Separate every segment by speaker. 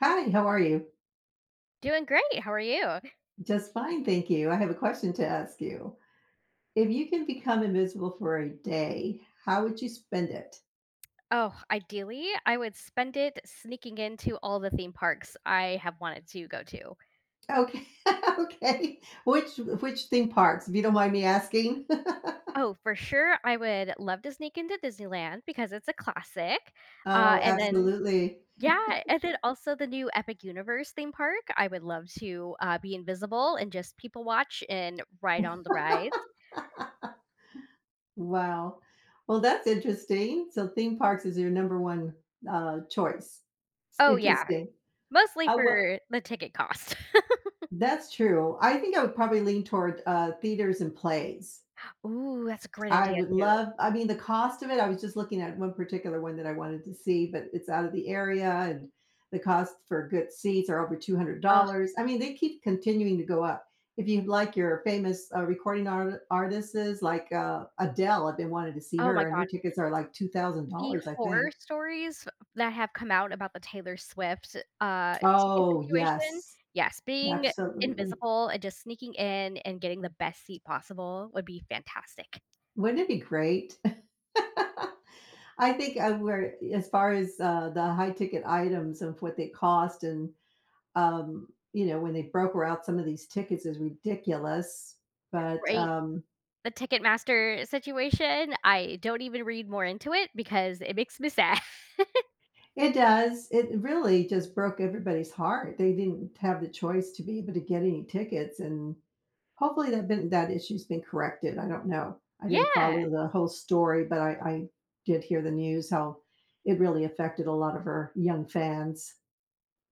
Speaker 1: Hi, how are you?
Speaker 2: Doing great. How are you?
Speaker 1: Just fine, thank you. I have a question to ask you. If you can become invisible for a day, how would you spend it?
Speaker 2: Oh, ideally, I would spend it sneaking into all the theme parks I have wanted to go to.
Speaker 1: Okay, okay. Which theme parks, if you don't mind me asking?
Speaker 2: Oh, for sure, I would love to sneak into Disneyland because it's a classic. Uh,
Speaker 1: Oh,
Speaker 2: and then,
Speaker 1: absolutely.
Speaker 2: yeah, and then also the new Epic Universe theme park. I would love to be invisible and just people watch and ride on the rides.
Speaker 1: Wow. Well, that's interesting. So theme parks is your number one choice.
Speaker 2: Oh, yeah,
Speaker 1: Interesting.
Speaker 2: mostly
Speaker 1: Well,
Speaker 2: for the ticket cost.
Speaker 1: that's true. I think I would probably lean toward theaters and plays.
Speaker 2: Ooh, that's a great
Speaker 1: I
Speaker 2: idea,
Speaker 1: would
Speaker 2: too.
Speaker 1: love I mean, the cost of it, I was just looking at one particular one that I wanted to see, but it's out of the area and the cost for good seats are over
Speaker 2: Oh,
Speaker 1: $200. I mean, they keep continuing to go up. If you like your famous recording artists like Adele, I've been wanting to see
Speaker 2: oh my
Speaker 1: her, and her
Speaker 2: God.
Speaker 1: tickets are like
Speaker 2: The
Speaker 1: $2,000, I
Speaker 2: horror
Speaker 1: think.
Speaker 2: stories that have come out about the Taylor Swift ticket
Speaker 1: Oh,
Speaker 2: situation.
Speaker 1: yes,
Speaker 2: Yes, being
Speaker 1: absolutely.
Speaker 2: invisible and just sneaking in and getting the best seat possible would be fantastic,
Speaker 1: Wouldn't it be great? I think we're as far as the high ticket items of what they cost and um, when they broker out some of these tickets is ridiculous, but
Speaker 2: right? The Ticketmaster situation, I don't even read more into it because it makes me sad.
Speaker 1: it does. It really just broke everybody's heart. They didn't have the choice to be able to get any tickets, and hopefully that issue's been corrected. I don't know. I didn't
Speaker 2: Yeah.
Speaker 1: follow the whole story, but I did hear the news how it really affected a lot of her young fans.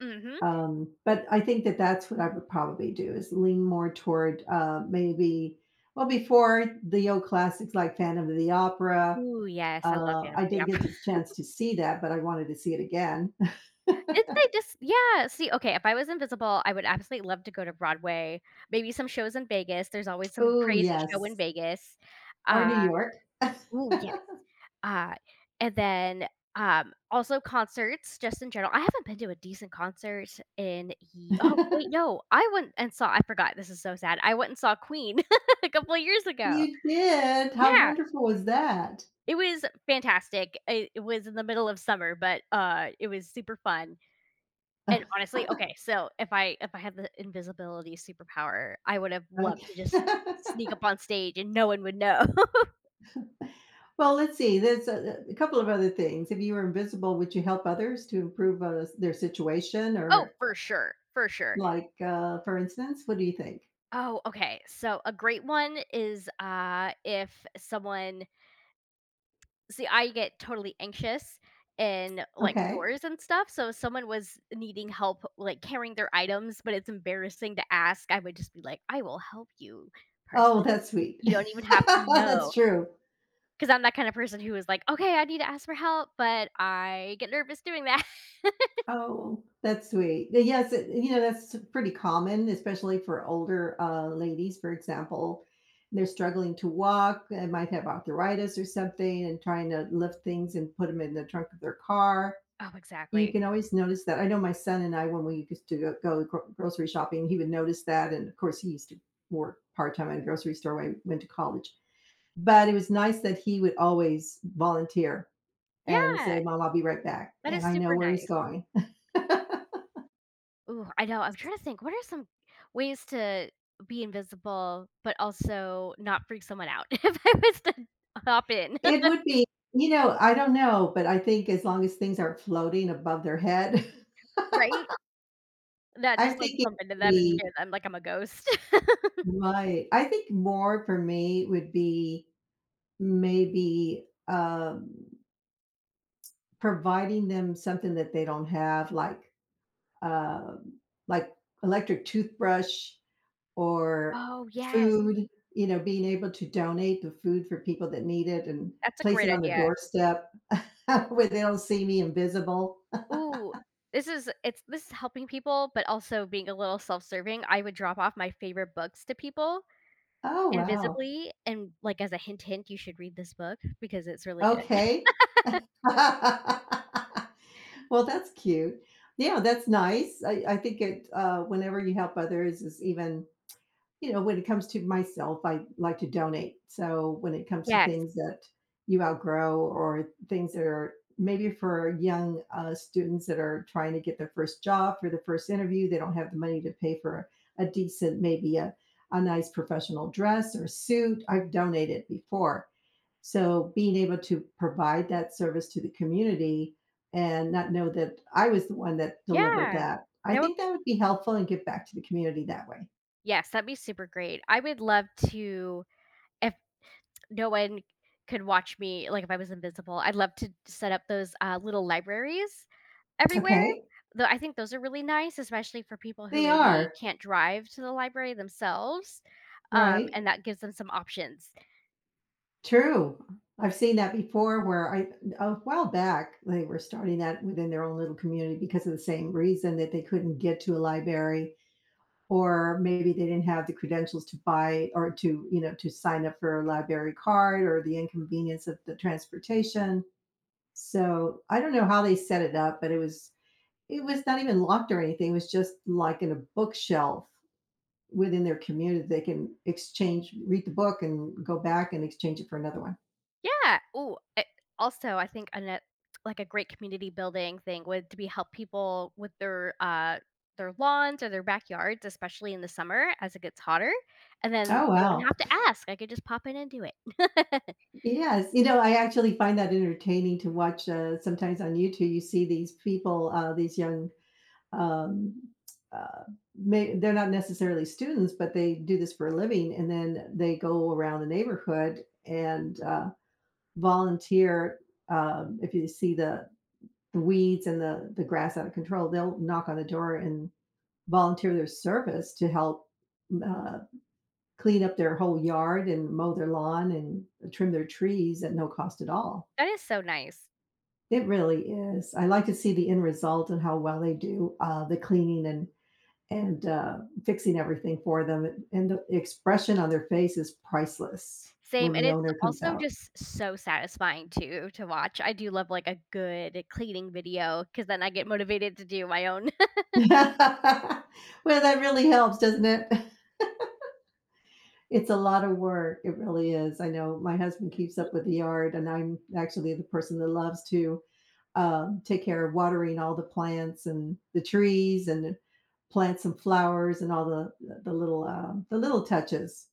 Speaker 2: Mhm.
Speaker 1: But I think that's what I would probably do is lean more toward, maybe well, before the old classics like Phantom of the Opera.
Speaker 2: Ooh, yes, I love Phantom
Speaker 1: I
Speaker 2: of the
Speaker 1: did get
Speaker 2: Opera.
Speaker 1: the chance to see that, but I wanted to see it again.
Speaker 2: Didn't they just yeah, see, okay, if I was invisible, I would absolutely love to go to Broadway, maybe some shows in Vegas, there's always some
Speaker 1: Oh,
Speaker 2: crazy show in
Speaker 1: yes.
Speaker 2: Vegas.
Speaker 1: Or New
Speaker 2: Uh,
Speaker 1: York.
Speaker 2: yeah, uh, and then, also concerts just in general. I haven't been to a decent concert in ye oh, wait, no, I went and saw I forgot, this is so sad, I went and saw Queen a couple of years ago.
Speaker 1: You did? How
Speaker 2: Yeah,
Speaker 1: wonderful was that?
Speaker 2: it was fantastic. It was in the middle of summer, but, it was super fun. And honestly, okay, so if I had the invisibility superpower, I would have loved
Speaker 1: Okay.
Speaker 2: to just sneak up on stage and no one would know.
Speaker 1: Well, let's see. There's a couple of other things. If you were invisible, would you help others to improve, their situation
Speaker 2: Oh,
Speaker 1: or
Speaker 2: for sure, for sure.
Speaker 1: like, for instance, what do you think?
Speaker 2: Oh, okay, so a great one is, if someone see, I get totally anxious in, like,
Speaker 1: Okay.
Speaker 2: stores and stuff, so if someone was needing help, like, carrying their items, but it's embarrassing to ask, I would just be like, "I will help you,
Speaker 1: Oh,
Speaker 2: person.
Speaker 1: that's sweet.
Speaker 2: You don't even have to
Speaker 1: That's
Speaker 2: know."
Speaker 1: true.
Speaker 2: 'Cause I'm that kind of person who is like, "Okay, I need to ask for help," but I get nervous doing that.
Speaker 1: Oh, that's sweet. The Yes, it, that's pretty common, especially for older, ladies, for example. They're struggling to walk and might have arthritis or something and trying to lift things and put them in the trunk of their car.
Speaker 2: Oh,
Speaker 1: You
Speaker 2: exactly.
Speaker 1: can always notice that. I know my son and I, when we used to go go gro grocery shopping, he would notice that, and, of course, he used to work part-time at a grocery store when I went to college, but it was nice that he would always volunteer and say,
Speaker 2: Yeah,
Speaker 1: "Mom, I'll be right back,"
Speaker 2: that
Speaker 1: and
Speaker 2: is
Speaker 1: I know
Speaker 2: super
Speaker 1: where he's
Speaker 2: nice.
Speaker 1: going.
Speaker 2: Ooh, I know, I'm trying to think, what are some ways to be invisible, but also not freak someone out if I was to hop in,
Speaker 1: It would be, I don't know, but I think as long as things aren't floating above their head.
Speaker 2: right? Not
Speaker 1: I'm
Speaker 2: just, like,
Speaker 1: thinking
Speaker 2: bump into
Speaker 1: it'd
Speaker 2: them and
Speaker 1: be
Speaker 2: scare them like I'm a ghost.
Speaker 1: Right. I think more for me would be maybe, providing them something that they don't have, like, um, like electric toothbrush or
Speaker 2: Oh, yes.
Speaker 1: food, being able to donate the food for people that need it and
Speaker 2: That's a
Speaker 1: place
Speaker 2: great
Speaker 1: it on the
Speaker 2: idea.
Speaker 1: doorstep. Where they don't see me invisible.
Speaker 2: Ooh, this is helping people, but also being a little self-serving. I would drop off my favorite books to people
Speaker 1: Oh, wow.
Speaker 2: invisibly, and, like, as a hint, you should read this book because it's really good.
Speaker 1: Okay. Well, that's cute. Yeah, that's nice. I think it, whenever you help others is even, when it comes to myself, I like to donate. So when it comes to
Speaker 2: Yes.
Speaker 1: things that you outgrow or things that are maybe for young students that are trying to get their first job for the first interview, they don't have the money to pay for a decent, maybe a nice professional dress or suit. I've donated before. So being able to provide that service to the community and not know that I was the one that delivered
Speaker 2: Yeah.
Speaker 1: that, I
Speaker 2: That would
Speaker 1: think that would be helpful and give back to the community that way.
Speaker 2: yes, that'd be super great. I would love to, if no one could watch me, like, if I was invisible, I'd love to set up those, little libraries everywhere.
Speaker 1: Okay.
Speaker 2: Though I think those are really nice, especially for people who
Speaker 1: They
Speaker 2: maybe
Speaker 1: are,
Speaker 2: can't drive to the library themselves,
Speaker 1: right?
Speaker 2: and that gives them some options.
Speaker 1: True. I've seen that before, where I a while back, they were starting that within their own little community because of the same reason that they couldn't get to a library or maybe they didn't have the credentials to buy or to sign up for a library card or the inconvenience of the transportation. So, I don't know how they set it up, but it was not even locked or anything. It was just like in a bookshelf within their community. They can exchange, read the book and go back and exchange it for another one.
Speaker 2: Yeah. Also, I think ano like, a great community building thing would to be help people with their lawns or their backyards, especially in the summer as it gets hotter, and then
Speaker 1: Oh,
Speaker 2: they wouldn't
Speaker 1: wow.
Speaker 2: have to ask, I could just pop in and do it.
Speaker 1: Yes. You know, I actually find that entertaining to watch. Sometimes on YouTube, you see these people, these young, um, uh, they're not necessarily students, but they do this for a living. And then they go around the neighborhood and volunteer. If you see the weeds and the grass out of control, they'll knock on the door and volunteer their service to help uh, clean up their whole yard and mow their lawn and trim their trees at no cost at all.
Speaker 2: That is so nice.
Speaker 1: It really is. I like to see the end result and how well they do the cleaning and fixing everything for them. And the expression on their face is priceless
Speaker 2: Same,
Speaker 1: when
Speaker 2: and
Speaker 1: the
Speaker 2: it's
Speaker 1: owner comes
Speaker 2: also
Speaker 1: out.
Speaker 2: just so satisfying too to watch. I do love, like, a good cleaning video because then I get motivated to do my own.
Speaker 1: Well, that really helps, doesn't it? It's a lot of work. It really is. I know my husband keeps
Speaker 2: Mhm.
Speaker 1: up with the yard, and I'm actually the person that loves to take care of watering all the plants and the trees and plant some flowers and all the little touches.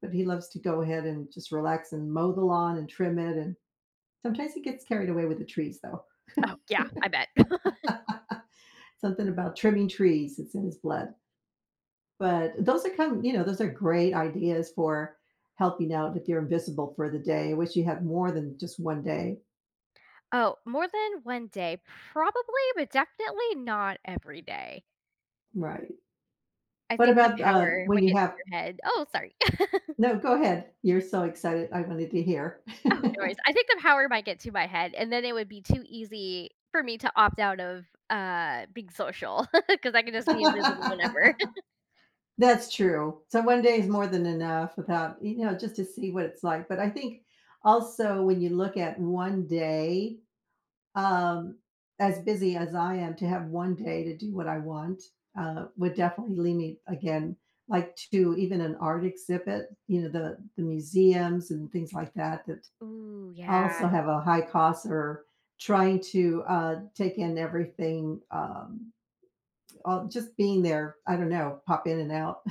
Speaker 1: But he loves to go ahead and just relax and mow the lawn and trim it. And sometimes he gets carried away with the trees, though.
Speaker 2: Oh, yeah, I bet.
Speaker 1: Something about trimming trees; it's in his blood. But those are come, you know, those are great ideas for helping out if you're invisible for the day. I wish you had more than just one day.
Speaker 2: Oh, more than 1 day, probably, but definitely not every day.
Speaker 1: Right.
Speaker 2: I
Speaker 1: What
Speaker 2: think the
Speaker 1: about
Speaker 2: power
Speaker 1: when
Speaker 2: would
Speaker 1: you
Speaker 2: get to
Speaker 1: have?
Speaker 2: your head. Oh, sorry.
Speaker 1: No, go ahead. You're so excited. I wanted to hear.
Speaker 2: Oh, no worries. I think the power might get to my head, and then it would be too easy for me to opt out of, being social because I can just be invisible whenever.
Speaker 1: That's true. So one day is more than enough without, just to see what it's like. But I think also when you look at one day, um, as busy as I am, to have one day to do what I want would definitely lead me again, like to even an art exhibit, the museums and things like that that
Speaker 2: Ooh, yeah.
Speaker 1: also have a high cost, or trying to take in everything, just being there. I don't know, pop in and out.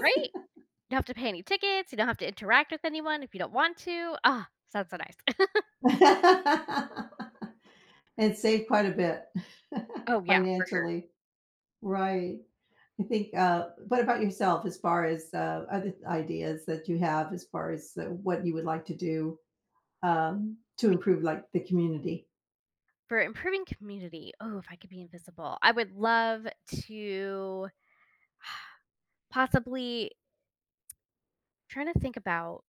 Speaker 2: Right? You don't have to pay any tickets, you don't have to interact with anyone if you don't want to. Ah, sounds so nice.
Speaker 1: And save quite a bit
Speaker 2: Oh, yeah, for sure.
Speaker 1: financially. Right. I think, what about yourself as far as, other ideas that you have as far as, what you would like to do, to improve, like, the community?
Speaker 2: For improving community, oh, if I could be invisible, I would love to, possibly, trying to think about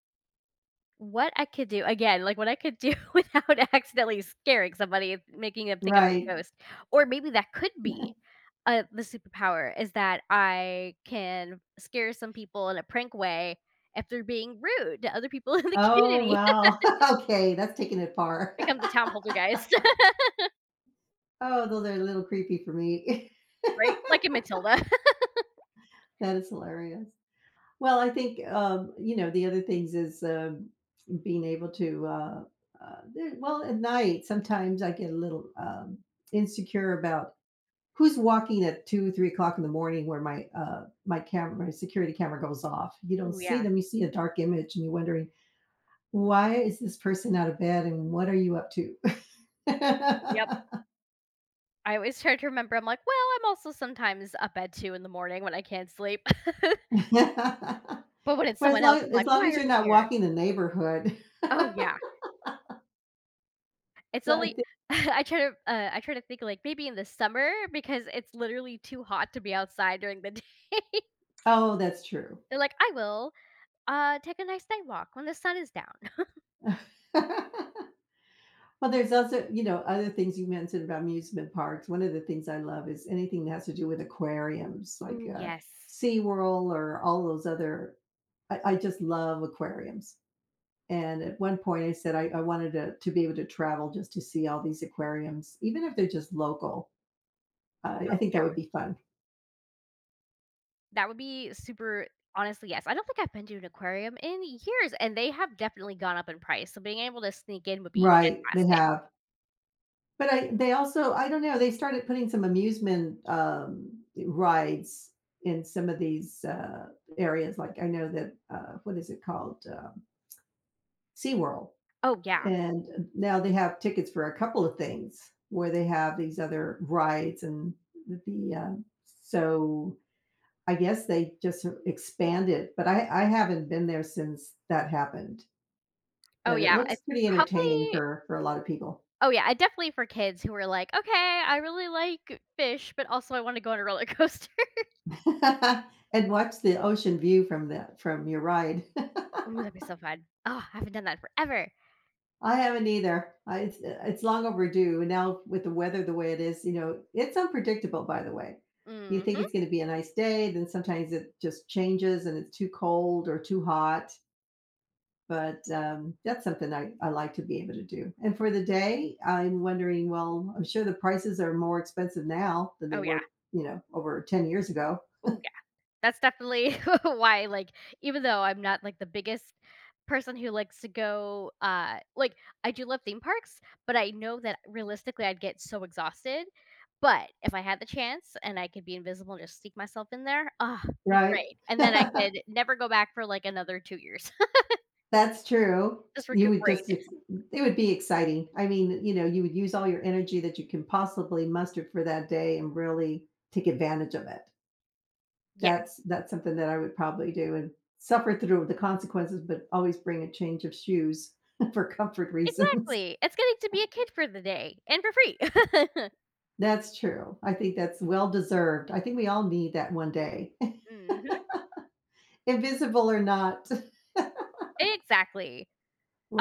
Speaker 2: what I could do again, like, what I could do without accidentally scaring somebody, making them think I'm
Speaker 1: Right.
Speaker 2: a ghost, or maybe that could be, the superpower is that I can scare some people in a prank way if they're being rude to other people in the
Speaker 1: Oh,
Speaker 2: community.
Speaker 1: wow. Okay, that's taking it far.
Speaker 2: Become the town poltergeist,
Speaker 1: Oh, those are a little creepy for me.
Speaker 2: right? Like in Matilda.
Speaker 1: That is hilarious. Well, I think, you know, the other things is, being able to, there well, at night, sometimes I get a little, insecure about who's walking at 2, 3 o'clock in the morning where my security camera goes off. You don't
Speaker 2: Ooh,
Speaker 1: see
Speaker 2: yeah.
Speaker 1: them, you see a dark image and you're wondering, "Why is this person out of bed and what are you up to?"
Speaker 2: Yep. I always try to remember, I'm like, "Well, I'm also sometimes up at 2 in the morning when I can't sleep." But when it's
Speaker 1: Well, as
Speaker 2: someone
Speaker 1: long
Speaker 2: else, I'm
Speaker 1: as
Speaker 2: like,
Speaker 1: long
Speaker 2: "Why
Speaker 1: as
Speaker 2: are
Speaker 1: you're
Speaker 2: you
Speaker 1: not
Speaker 2: here?"
Speaker 1: walking the neighborhood.
Speaker 2: Oh, yeah. It's
Speaker 1: So I
Speaker 2: only
Speaker 1: think
Speaker 2: I try to think, like, maybe in the summer because it's literally too hot to be outside during the day.
Speaker 1: Oh, that's true.
Speaker 2: They're like, "I will, take a nice night walk when the sun is down."
Speaker 1: Well, there's also, other things you mentioned about amusement parks. One of the things I love is anything that has to do with aquariums, like
Speaker 2: Ooh, yes.
Speaker 1: SeaWorld or all those other. I just love aquariums. And at one point, I said I wanted to be able to travel just to see all these aquariums, even if they're just local. I
Speaker 2: Oh,
Speaker 1: think
Speaker 2: yeah.
Speaker 1: that would be fun.
Speaker 2: That would be super honestly, yes. I don't think I've been to an aquarium in years, and they have definitely gone up in price, so being able to sneak in would be
Speaker 1: Right. They
Speaker 2: fantastic.
Speaker 1: have. But I they also I don't know, they started putting some amusement, rides in some of these, areas, like, I know that, what is it called? SeaWorld,
Speaker 2: Oh, yeah.
Speaker 1: and, now they have tickets for a couple of things where they have these other rides and the uh so I guess they just expanded, but I haven't been there since that happened,
Speaker 2: Oh,
Speaker 1: but it
Speaker 2: yeah.
Speaker 1: looks
Speaker 2: It's
Speaker 1: pretty entertaining
Speaker 2: probably
Speaker 1: for a lot of people.
Speaker 2: oh, yeah, I definitely for kids who are like, "Okay, I really like fish, but also I wanna go on a roller coaster."
Speaker 1: And watch the ocean view from the from your ride.
Speaker 2: Ooh, that'd be so fun. Oh, I haven't done that in forever.
Speaker 1: I haven't either. I, it's long overdue. And now with the weather the way it is, it's unpredictable. By the way, you think
Speaker 2: Mhm.
Speaker 1: it's going to be a nice day, then sometimes it just changes and it's too cold or too hot. But that's something I like to be able to do. And for the day, I'm wondering. Well, I'm sure the prices are more expensive now than they
Speaker 2: Oh, yeah.
Speaker 1: were, over 10 years ago,
Speaker 2: Oh yeah. That's definitely why, like, even though I'm not, like, the biggest person who likes to go, like, I do love theme parks, but I know that realistically I'd get so exhausted, but if I had the chance and I could be invisible and just sneak myself in there, ah, it'd be
Speaker 1: right?
Speaker 2: great, and then I could never go back for, like, another 2 years.
Speaker 1: That's true.
Speaker 2: Just
Speaker 1: You would
Speaker 2: recuperate.
Speaker 1: just ex it would be exciting. I mean, you would use all your energy that you can possibly muster for that day and really take advantage of it.
Speaker 2: Yes.
Speaker 1: That's something that I would probably do and suffer through the consequences, but always bring a change of shoes for comfort reasons.
Speaker 2: Exactly. It's getting to be a kid for the day and for free.
Speaker 1: That's true. I think that's well deserved. I think we all need that one day,
Speaker 2: Mhm.
Speaker 1: invisible or not.
Speaker 2: Exactly.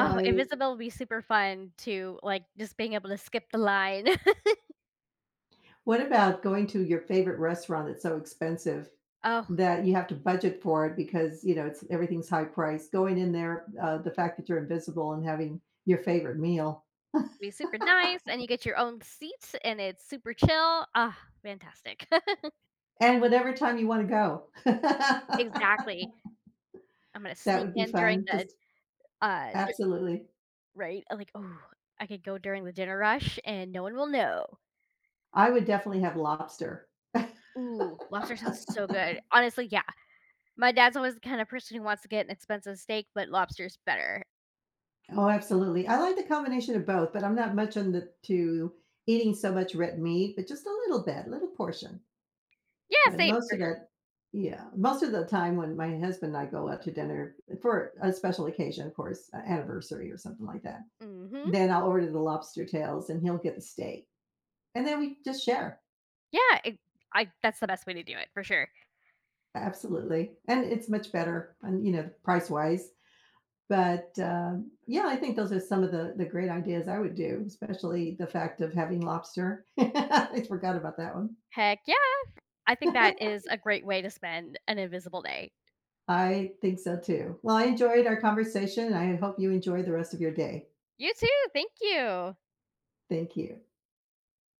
Speaker 2: Oh, invisible would be super fun to, like, just being able to skip the line.
Speaker 1: What about going to your favorite restaurant that's so expensive
Speaker 2: Oh,
Speaker 1: that you have to budget for it because, it's everything's high priced. Going in there, the fact that you're invisible and having your favorite meal
Speaker 2: be super nice, and you get your own seat, and it's super chill. Ah, fantastic.
Speaker 1: and whatever time you want to go.
Speaker 2: Exactly. I'm gonna
Speaker 1: That
Speaker 2: sneak
Speaker 1: would be
Speaker 2: in during
Speaker 1: fun.
Speaker 2: the,
Speaker 1: Just
Speaker 2: d
Speaker 1: absolutely.
Speaker 2: right? I'm like, oh, I could go during the dinner rush, and no one will know."
Speaker 1: I would definitely have lobster.
Speaker 2: Ooh, lobster sounds so good. Honestly, yeah. My dad's always the kind of person who wants to get an expensive steak, but lobster's better.
Speaker 1: Oh, absolutely. I like the combination of both, but I'm not much on the to eating so much red meat, but just a little bit, little portion.
Speaker 2: Yeah,
Speaker 1: But
Speaker 2: same,
Speaker 1: most
Speaker 2: for
Speaker 1: of
Speaker 2: sure.
Speaker 1: it yeah, most of the time when my husband and I go out to dinner for a special occasion, of course, a anniversary or something like that,
Speaker 2: Mhm.
Speaker 1: then I'll order the lobster tails and he'll get the steak, and then we just share.
Speaker 2: Yeah, it I that's the best way to do it, for sure.
Speaker 1: Absolutely, and it's much better and, price-wise, but, yeah, I think those are some of the great ideas I would do, especially the fact of having lobster. I forgot about that one.
Speaker 2: Heck yeah. I think that is a great way to spend an invisible day.
Speaker 1: I think so too. Well, I enjoyed our conversation, I hope you enjoy the rest of your day.
Speaker 2: You too. Thank you.
Speaker 1: Thank you.